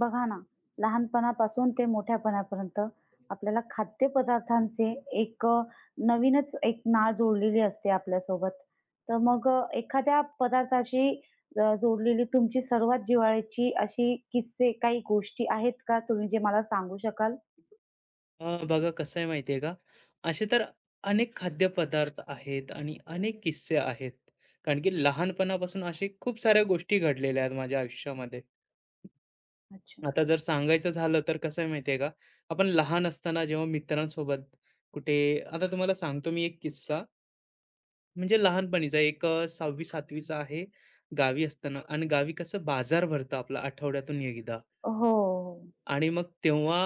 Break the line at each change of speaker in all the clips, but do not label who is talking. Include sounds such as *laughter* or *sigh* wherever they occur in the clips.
बघा ना, लहानपणापासून ते मोठ्यापणापर्यंत आपल्याला खाद्यपदार्थांचे एक अ, नवीनच एक नाळ जोडलेली असते आपल्यासोबत. तर मग एखाद्या पदार्थाशी जोडलेली तुमची सर्वात जिव्हाळ्याची अशी किस्से, काही गोष्टी आहेत का तुम्ही जे मला सांगू शकाल?
बघा कसं आहे माहिती का, असे तर अनेक खाद्यपदार्थ आहेत आणि अनेक किस्से आहेत. कारण की लहानपणापासून अशा खूप साऱ्या गोष्टी घडलेल्या आहेत माझ्या आयुष्यामध्ये.
अच्छा.
आता जर सांगायचं झालं तर कसं आहे माहिती का, आपण लहान असताना जेव्हा मित्रांसोबत कुठे आता तुम्हाला सांगतो मी एक किस्सा, म्हणजे लहानपणीचा एक 6वी 7वीचा आहे. गावी असताना आणि गावी कसं बाजार भरतं आपला आठवड्यातून एकदा.
हो, हो.
आणि मग तेव्हा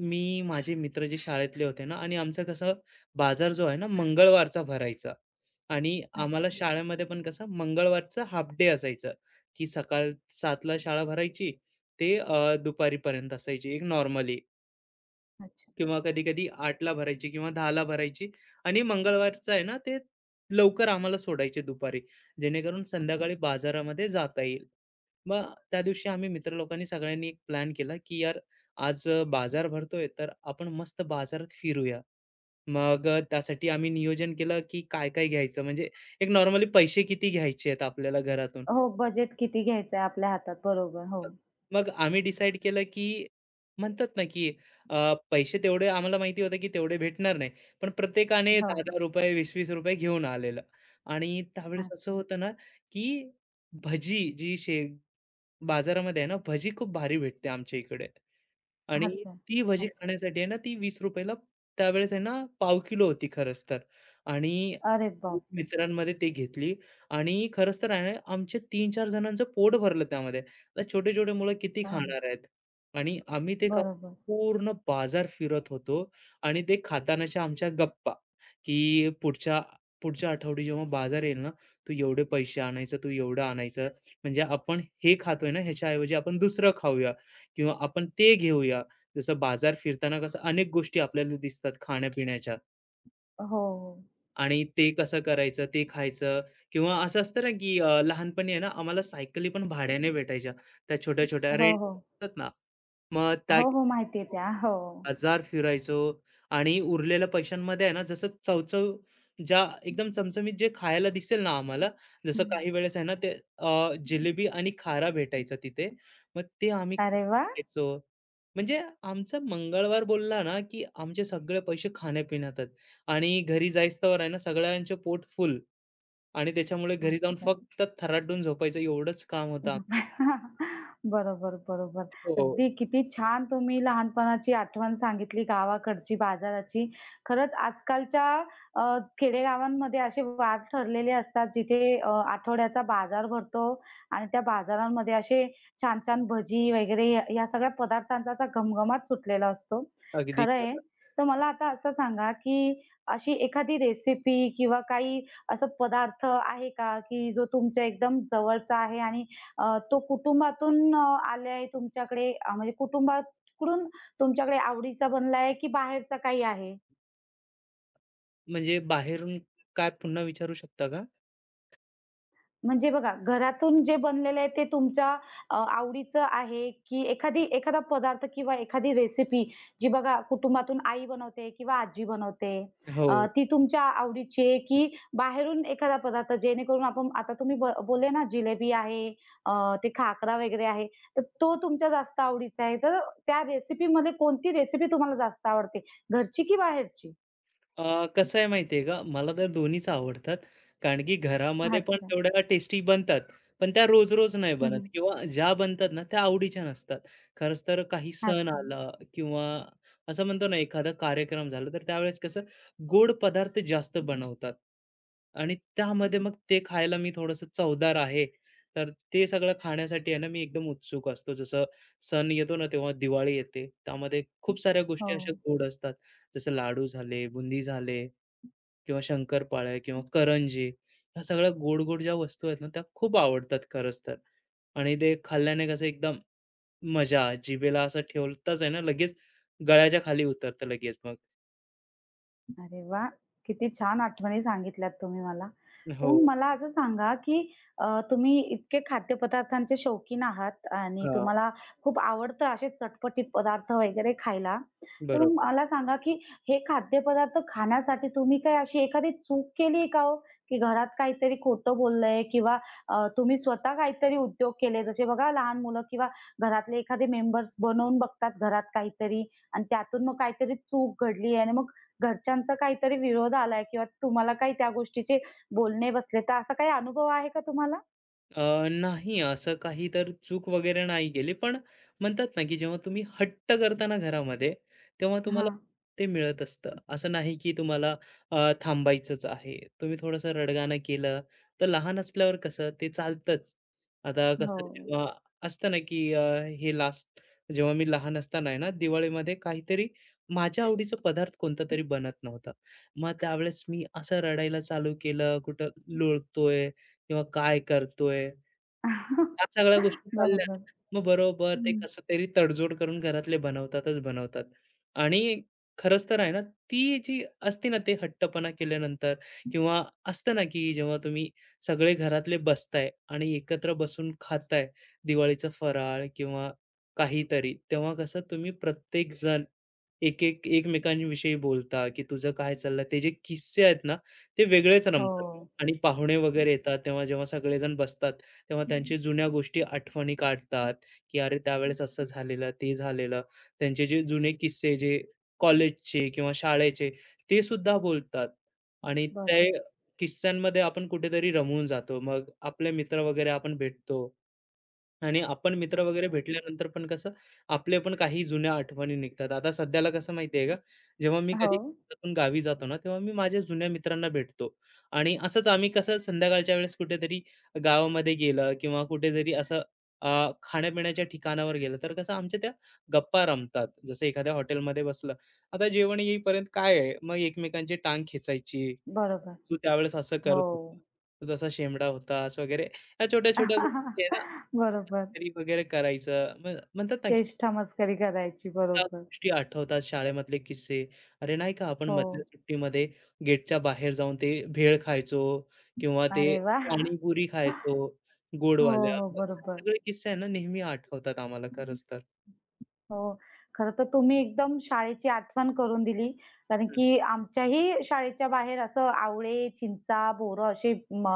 मी, माझे मित्र जे शाळेतले होते ना आणि आमचं कसं बाजार जो आहे ना मंगळवारचा भरायचा आणि आम्हाला
अच्छा.
शाळेमध्ये पण कसं मंगळवारचं हाल्फ डे असायचं, की सकाळ 7:00ला शाळा भरायची ते दुपारीपर्यंत असायची एक नॉर्मली.
अच्छा.
किंवा कधी-कधी 8:00ला भरायची किंवा 10:00ला भरायची आणि मंगळवारचं आहे ना, ते लवकर आम्हाला सोडायचे दुपारी, जेणेकरून संध्याकाळी बाजारामध्ये जाता येईल. मग त्या दिवशी आम्ही मित्र लोकांनी सगळ्यांनी एक प्लॅन केला, की यार आज बाजार भरतोय, तर आपण मस्त बाजारात फिरूया. मग त्यासाठी आम्ही नियोजन केलं, की काय-काय घ्यायचं म्हणजे एक नॉर्मली पैसे किती घ्यायचे आहेत आपल्याला घरातून.
हो, बजेट किती घ्यायचं आहे आपल्या हातात. बरोबर. हो,
मग आम्ही डिसाईड केलं की म्हणतात ना की पैसे तेवढे आम्हाला माहिती होतं की तेवढे भेटणार नाही. पण प्रत्येकाने
हो.
₹10-10 ₹20-20 घेऊन आलेलं आणि त्यावेळेस असं
अच्छा.
होतं ना की भजी जी बाजारामध्ये आहे ना, भजी खूप भारी भेटते आमच्या इकडे. आणि
अच्छा.
ती भजी
अच्छा.
खाण्यासाठी आहे ना, ती ₹20 ला त्यावेळेस आहे ना, पाव किलो होती खरंच तर आणि
अरे बापरे!
मित्रांमध्ये ते घेतली आणि खरंच तर आहे ना, आमचे तीन-चार जणांचं पोट भरलं त्यामध्ये. आता छोटे-छोटे मुलं किती
अरे,
खाणार आहेत? आणि आम्ही ते खाऊन
बरोबर.
पूर्ण बाजार फिरत होतो आणि ते खातानाच्या आमच्या गप्पा, की पुढच्या पुढच्या आठवडी जेव्हा बाजार येईल ना, तू एवढे पैसे आणायचं, तू एवढं आणायचं. म्हणजे आपण हे खातोय ना, ह्याच्याऐवजी आपण दुसरं खाऊया. किंवा आपण ते घेऊया. जसं बाजार फिरताना कसं अनेक गोष्टी आपल्याला दिसतात खाण्यापिण्याच्या
हो, हो.
आणि ते कसं करायचं, ते खायचं किंवा असं असतं ना, की लहानपणी आहे ना, आम्हाला सायकली पण भाड्याने भेटायच्या. त्या छोट्या-छोट्या
हो,
रेंट
हो.
असतात ना, मग त्या
हो, हो. माहिती आहे त्या. हो.
बाजार फिरायचो आणि उरलेल्या पैशांमध्ये आहे ना, जसं चव ज्या एकदम चमचमीत जे खायला दिसेल ना आम्हाला, जसं काही वेळेस आहे ना, ते जिलेबी आणि खारा भेटायचा तिथे. मग ते आम्ही
अरे वाह!
खायचो. म्हणजे आमचा मंगळवार बोलला ना, की आमचे सगळे पैसे खाण्यापिण्यातच आणि घरी जाईस्तोवर आहे ना, सगळ्यांचे पोट फुल आणि त्याच्यामुळे घरी जाऊन
अच्छा.
फक्त थराटून झोपायचं एवढंच काम होतं आमचं.
झोपायला. *laughs* बरोबर, बरोबर.
हो,
अगदी किती छान तुम्ही लहानपणाची आठवण सांगितली गावाकडची, बाजाराची. खरंच आजकालच्या खेडेगावांमध्ये असे वार ठरलेले असतात जिथे आठवड्याचा बाजार भरतो आणि त्या बाजारांमध्ये असे छान-छान भजी वगैरे या या सगळ्या पदार्थांचा असा घमघमाट सुटलेला असतो.
अगदी
खरं आहे.
खरं.
तर मला आता असं सांगा, की अशी एखादी रेसिपी किंवा काही असा पदार्थ आहे का, की जो तुमच्या एकदम जवळचा आहे आणि तो कुटुंबातून आलाय तुमच्याकडे, म्हणजे कुटुंबाकडून तुमच्याकडे आवडीचा बनलाय की बाहेरचा काही आहे?
म्हणजे बाहेरून काय पुन्हा विचारू शकता का?
म्हणजे बघा, घरातून जे बनलेलं आहे ते तुमच्या आवडीचं आहे, की एखादा पदार्थ किंवा एखादी रेसिपी जी बघा कुटुंबातून आई बनवते किंवा आजी बनवते,
हो.
ती तुमच्या आवडीची आहे, की बाहेरून एखादा पदार्थ जेणेकरून आपण आता तुम्ही बोलले ना जिलेबी आहे, ते खाकरा वगैरे आहे, तर तो तुमच्या जास्त आवडीचा आहे. तर त्या रेसिपीमध्ये कोणती रेसिपी तुम्हाला जास्त आवडते? घरची की बाहेरची?
कसं आहे माहिती का, मला तर दोन्हीच आवडतात. कारण की घरामध्ये पण
अच्छा.
तेवढ्या टेस्टी बनतात. पण त्या रोज-रोज नाही
हं.
बनत किंवा ज्या बनतात ना, त्या आवडीच्या नसतात. खरंच तर काही सण
अच्छा.
आला किंवा असं म्हणतो ना, एखादा कार्यक्रम झाला, तर त्यावेळेस कसं गोड पदार्थ जास्त बनवतात. आणि त्यामध्ये मग ते खायला मी थोडंसं चवदार आहे, तर ते सगळं खाण्यासाठी आहे ना, मी एकदम उत्सुक असतो. जसं सण येतो ना, तेव्हा दिवाळी येते. त्यामध्ये खूप साऱ्या
हो.
गोष्टी अशा गोड असतात. जसं लाडू झाले, बुंदी झाले किंवा शंकरपाळ्या किंवा करंजी. ह्या सगळ्या गोड-गोड ज्या वस्तू आहेत ना, त्या खूप आवडतात खरंच तर. आणि ते खाल्ल्याने कसं एकदम मजा जिभेला असं ठेवताच आहे ना, लगेच गळ्याच्या खाली उतरतं लगेच मग.
अरे वाह! किती छान आठवणी सांगितल्यात तुम्ही मला. तर
हो.
मग मला असं सांगा, की तुम्ही इतके खाद्यपदार्थांचे शौकीन आहात आणि
हां,
तुम्हाला खूप आवडतं असे चटपटीत पदार्थ वगैरे खायला. तर मग
बरोबर.
मला सांगा, की हे खाद्यपदार्थ खाण्यासाठी तुम्ही काही अशी एखादी चूक केली आहे का हो? की घरात काहीतरी खोटं बोललंय किंवा तुम्ही स्वतः काहीतरी उद्योग केले, जसे बघा लहान मुलं किंवा घरातले एखादे मेंबर्स बनवून बघतात घरात काहीतरी आणि त्यातून मग काहीतरी चूक घडली आणि मग घरच्यांचा काहीतरी विरोध आलाय किंवा तुम्हाला काही त्या गोष्टीचे बोलणे बसले, तर असा काही अनुभव आहे का तुम्हाला?
अ, नाही असं काही तर चूक वगैरे नाही केली. पण म्हणतात ना, की जेव्हा तुम्ही हट्ट करताना ना घरामध्ये, तेव्हा तुम्हाला
हां.
ते मिळत असतं. असं नाही की तुम्हाला थांबायचंच आहे. तुम्ही थोडंसं रडगाणं केलं, तर लहान असल्यावर कसं ते चालतंच. आता कसं
हो.
जेव्हा असतं ना, की हे लास्ट जेव्हा मी लहान असताना आहे ना, दिवाळीमध्ये काहीतरी माझ्या आवडीचा पदार्थ कोणता तरी बनत नव्हता. मग त्यावेळेस मी असं रडायला चालू केलं, कुठं लोळतोय, किंवा काय करतोय? ह्या सगळ्या गोष्टी
*laughs*
चालल्या
बरोबर.
ना, मग बरोबर ते
हं.
कसं तरी तडजोड करून घरातले बनवतातच बनवतात. आणि खरंच तर आहे ना, ती जी असते ना, ते हट्टपणा केल्यानंतर किंवा असतं ना, की जेव्हा तुम्ही सगळे घरातले बसताय आणि एकत्र बसून खाताय दिवाळीचा फराळ किंवा काहीतरी, तेव्हा कसं तुम्ही प्रत्येक जण एक-एक एकमेकांविषयी बोलता, की तुझं काय चाललंय? ते जे किस्से आहेत ना, ते वेगळेच रमतात.
हो.
आणि पाहुणे वगैरे येतात, तेव्हा जेव्हा सगळेजण बसतात, तेव्हा त्यांची जुन्या गोष्टी आठवणी काढतात, की अरे त्यावेळेस असं झालेलं, ते झालेलं. त्यांचे जे जुने किस्से जे कॉलेजचे किंवा शाळेचे ते सुद्धा बोलतात आणि ते
बरोबर.
किस्स्यांमध्ये आपण कुठेतरी रमून जातो. मग आपले मित्र वगैरे आपण भेटतो आणि आपण मित्र वगैरे
अच्छा.
भेटल्यानंतर पण कसं आपले पण काही जुन्या आठवणी निघतात. आता सध्याला कसं माहिती आहे का, जेव्हा मी
हो.
कधी कोकणातून गावी जातो ना, तेव्हा मी माझ्या जुन्या मित्रांना भेटतो आणि असंच आम्ही कसं संध्याकाळच्या वेळेस कुठेतरी गावामध्ये गेलं किंवा कुठेतरी असं अ, खाण्यापिण्याच्या ठिकाणावर गेलं, तर कसं आमच्या त्या गप्पा रमतात. जसं एखाद्या हॉटेलमध्ये बसलं, आता जेवण येईपर्यंत काय आहे, मग एकमेकांची टांग खेचायची.
बरोबर.
तू त्यावेळेस असं
हो.
करत होता, तू तसा शेमडा होतास वगैरे. ह्या छोट्या-छोट्या गोष्टी आहे ना
*laughs* बरोबर.
तरी वगैरे करायचं. मग म्हणतात ना, की
चेष्टा मस्करी करायची.
त्या
बरोबर.
गोष्टी आठवतात शाळेमधले किस्से. अरे नाही का, आपण
हो.
मधल्या सुट्टीमध्ये गेटच्या बाहेर जाऊन ते भेळ खायचो किंवा ते
अरे वाह!
पाणीपुरी खायचो
हो,
गोडवाल्या.
हो.
मग हे
बरोबर.
सगळे किस्से आहे ना, नेहमी आठवतात आम्हाला, खरंच तर.
हो. खरं तर तुम्ही एकदम शाळेची आठवण करून दिली. कारण
हं.
की आमच्याही शाळेच्या बाहेर असं आवळे, चिंचा, बोरं असे म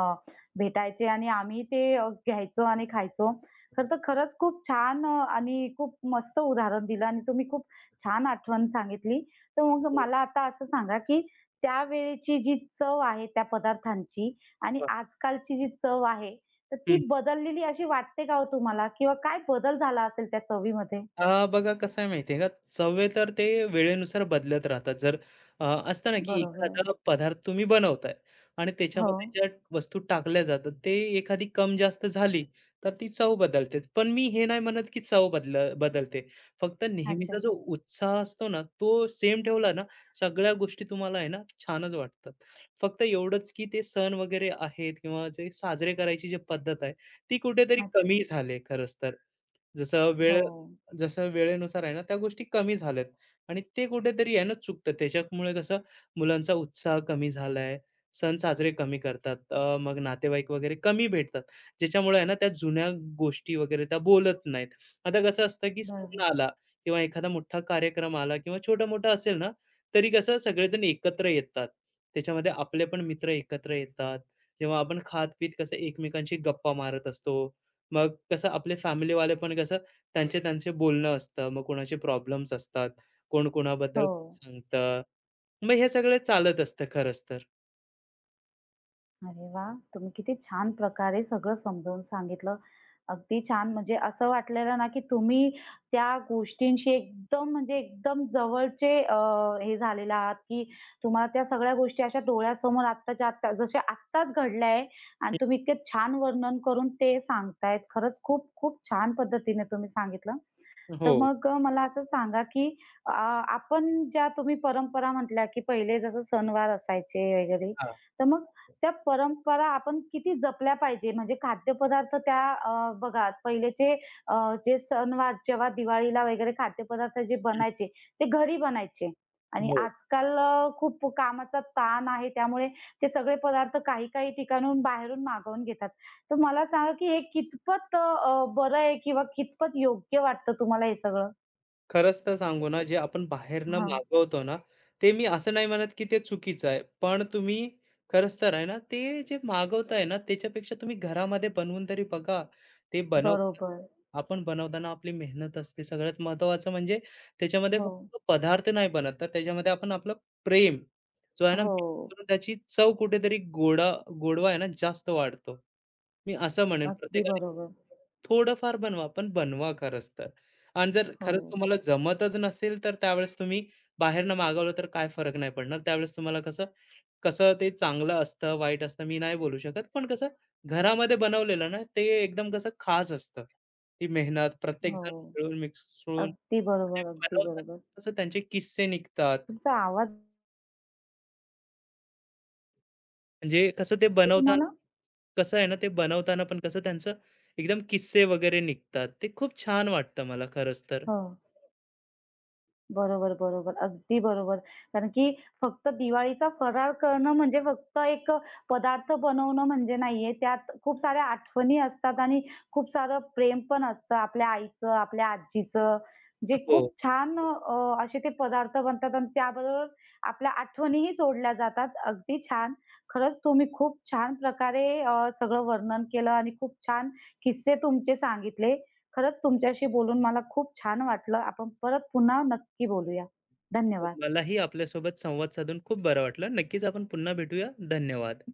भेटायचे आणि आम्ही ते घ्यायचो आणि खायचो. खरं
हं.
तर खरंच खूप छान, आणि खूप मस्त उदाहरण दिलं आणि तुम्ही खूप छान आठवण सांगितली. तर मग
हो.
मला आता असं सांगा, की त्यावेळेची जी चव आहे त्या पदार्थांची आणि
हं.
आजकालची जी चव आहे, तर ती बदललेली अशी वाटते का हो तुम्हाला? किंवा काय बदल झाला असेल त्या चवीमध्ये?
बघा कसं आहे माहिती का, सवय तर ते वेळेनुसार बदलत राहतात. जर असतं ना, की
बरोबर.
एखादा पदार्थ तुम्ही बनवताय आणि
हो.
त्याच्यामध्ये ज्या वस्तू टाकल्या जातात, ते एखादी कम जास्त झाली, तर ती चव बदलते पण मी हे नाही म्हणत, की चव बदलते. फक्त
अच्छा.
नेहमीचा जो उत्साह असतो ना, तो सेम ठेवला ना, सगळ्या गोष्टी तुम्हाला आहे ना, छानच वाटतात. फक्त एवढंच, की ते सण वगैरे आहेत किंवा जे साजरे करायची जी पद्धत आहे, ती कुठेतरी
अच्छा.
कमी झाली खरंच तर. जसं वेळ
हो,
जसं वेळेनुसार आहे ना, त्या गोष्टी कमी झाल्यात आणि ते कुठेतरी आहे ना चुकतं. त्याच्यामुळे कसं मुलांचा उत्साह कमी झालाय, सण साजरे कमी करतात. मग नातेवाईक वगैरे कमी भेटतात. ज्याच्यामुळे आहे ना त्या जुन्या गोष्टी वगैरे त्या बोलत नाहीत. आता कसं असतं की सण
बरोबर.
आला किंवा एखादा मोठा कार्यक्रम आला किंवा छोटा-मोठा असेल ना, तरी कसं सगळेजण एकत्र येतात. त्याच्यामध्ये आपले पण मित्र एकत्र येतात. जेव्हा आपण खात-पीत कसं एकमेकांशी गप्पा मारत असतो. मग कसं आपले फॅमिलीवाले पण कसं त्यांचे त्यांचे बोलणं असतं, मग कोणाचे प्रॉब्लेम्स असतात, कोण कोणाबद्दल
हो.
सांगतं. मग हे सगळं चालत असतं खरंच तर.
अरे वाह! तुम्ही किती छान प्रकारे सगळं समजावून सांगितलं. अगदी छान. म्हणजे असं वाटलेलं ना, की तुम्ही त्या गोष्टींशी एकदम, म्हणजे एकदम जवळचे हे झालेले आहात, की तुम्हाला त्या सगळ्या गोष्टी अशा डोळ्यासमोर आत्ताच्या आत्ता जशा आत्ताच घडल्या आहे आणि तुम्ही इतके छान वर्णन करून ते सांगतायत. खरंच खूप खूप छान पद्धतीने तुम्ही सांगितलं.
हं,
तर
हो.
मग मला असं सांगा, की अ, आपण ज्या तुम्ही परंपरा म्हटल्या, की पहिले जसं सणवार असायचे वगैरे,
हां.
तर मग त्या परंपरा आपण किती जपल्या पाहिजे? म्हणजे खाद्यपदार्थ त्या, बघा पहिलेचे अ, जे सणवार जेव्हा दिवाळीला वगैरे खाद्यपदार्थ जे
हं.
बनायचे, ते घरी बनायचे आणि
हो.
आजकाल खूप कामाचा ताण आहे त्यामुळे ते सगळे पदार्थ काही-काही ठिकाणाहून बाहेरून मागवून घेतात. तर मला सांगा, की हे कितपत बरं आहे किंवा कितपत योग्य वाटतं तुम्हाला हे सगळं?
खरंच तर सांगू ना, जे आपण बाहेरनं
हां,
मागवतो ना, ते मी असं नाही म्हणत, की ते चुकीचं आहे. पण तुम्ही खरंच तर आहे ना, ते जे मागवताय ना, त्याच्यापेक्षा तुम्ही घरामध्ये बनवून तरी बघा. ते बनवताना
बरोबर.
आपण बनवताना आपली मेहनत असते. सगळ्यात महत्त्वाचं म्हणजे त्याच्यामध्ये
हो,
फक्त पदार्थ नाही बनत, तर त्याच्यामध्ये आपण आपलं प्रेम जो आहे ना,
हो.
mix करून त्याची चव कुठेतरी गोडवा आहे ना, जास्त वाढतो. मी असं म्हणेन
अगदी
प्रत्येकाने
बरोबर.
थोडंफार बनवा, पण बनवा खरंच तर. आणि जर
हो,
खरंच तुम्हाला जमतच नसेल, तर त्यावेळेस तुम्ही बाहेरनं मागवलं तर काय फरक नाही पडणार. त्यावेळेस तुम्हाला कसं ते चांगलं असतं, वाईट असतं मी नाही बोलू शकत. पण कसं घरामध्ये बनवलेलं ना, ते एकदम कसं खास असतं. ती मेहनत
हो.
प्रत्येकजण मिळून मिसळून
अगदी
ते
बरोबर, अगदी
बनवतात.
बरोबर.
कसं त्यांचे किस्से निघतात.
तुमचा आवाज
म्हणजे कसं ते
येतोय
बनवताना
तुम्हाला?
कसं आहे ना, ते बनवताना पण कसं त्यांचं एकदम किस्से वगैरे निघतात. ते खूप छान वाटतं मला खरंच तर.
हो. बरोबर, बरोबर. अगदी बरोबर. कारण की फक्त दिवाळीचा फराळ करणं म्हणजे फक्त एक पदार्थ बनवणं म्हणजे नाहीये. त्यात खूप साऱ्या आठवणी असतात आणि खूप सारं प्रेम पण असतं आपल्या आईचं, आपल्या आजीचं. जे
हो.
खूप छान, असे ते पदार्थ बनतात आणि त्याबरोबर आपल्या आठवणीही जोडल्या जातात. अगदी छान. खरंच तुम्ही खूप छान प्रकारे सगळं वर्णन केलं आणि खूप छान किस्से तुमचे सांगितले. खरंच तुमच्याशी बोलून मला खूप छान वाटलं. आपण परत पुन्हा नक्की बोलूया. धन्यवाद.
मलाही आपल्यासोबत संवाद साधून खूप बरं वाटलं. नक्कीच आपण पुन्हा भेटूया. धन्यवाद.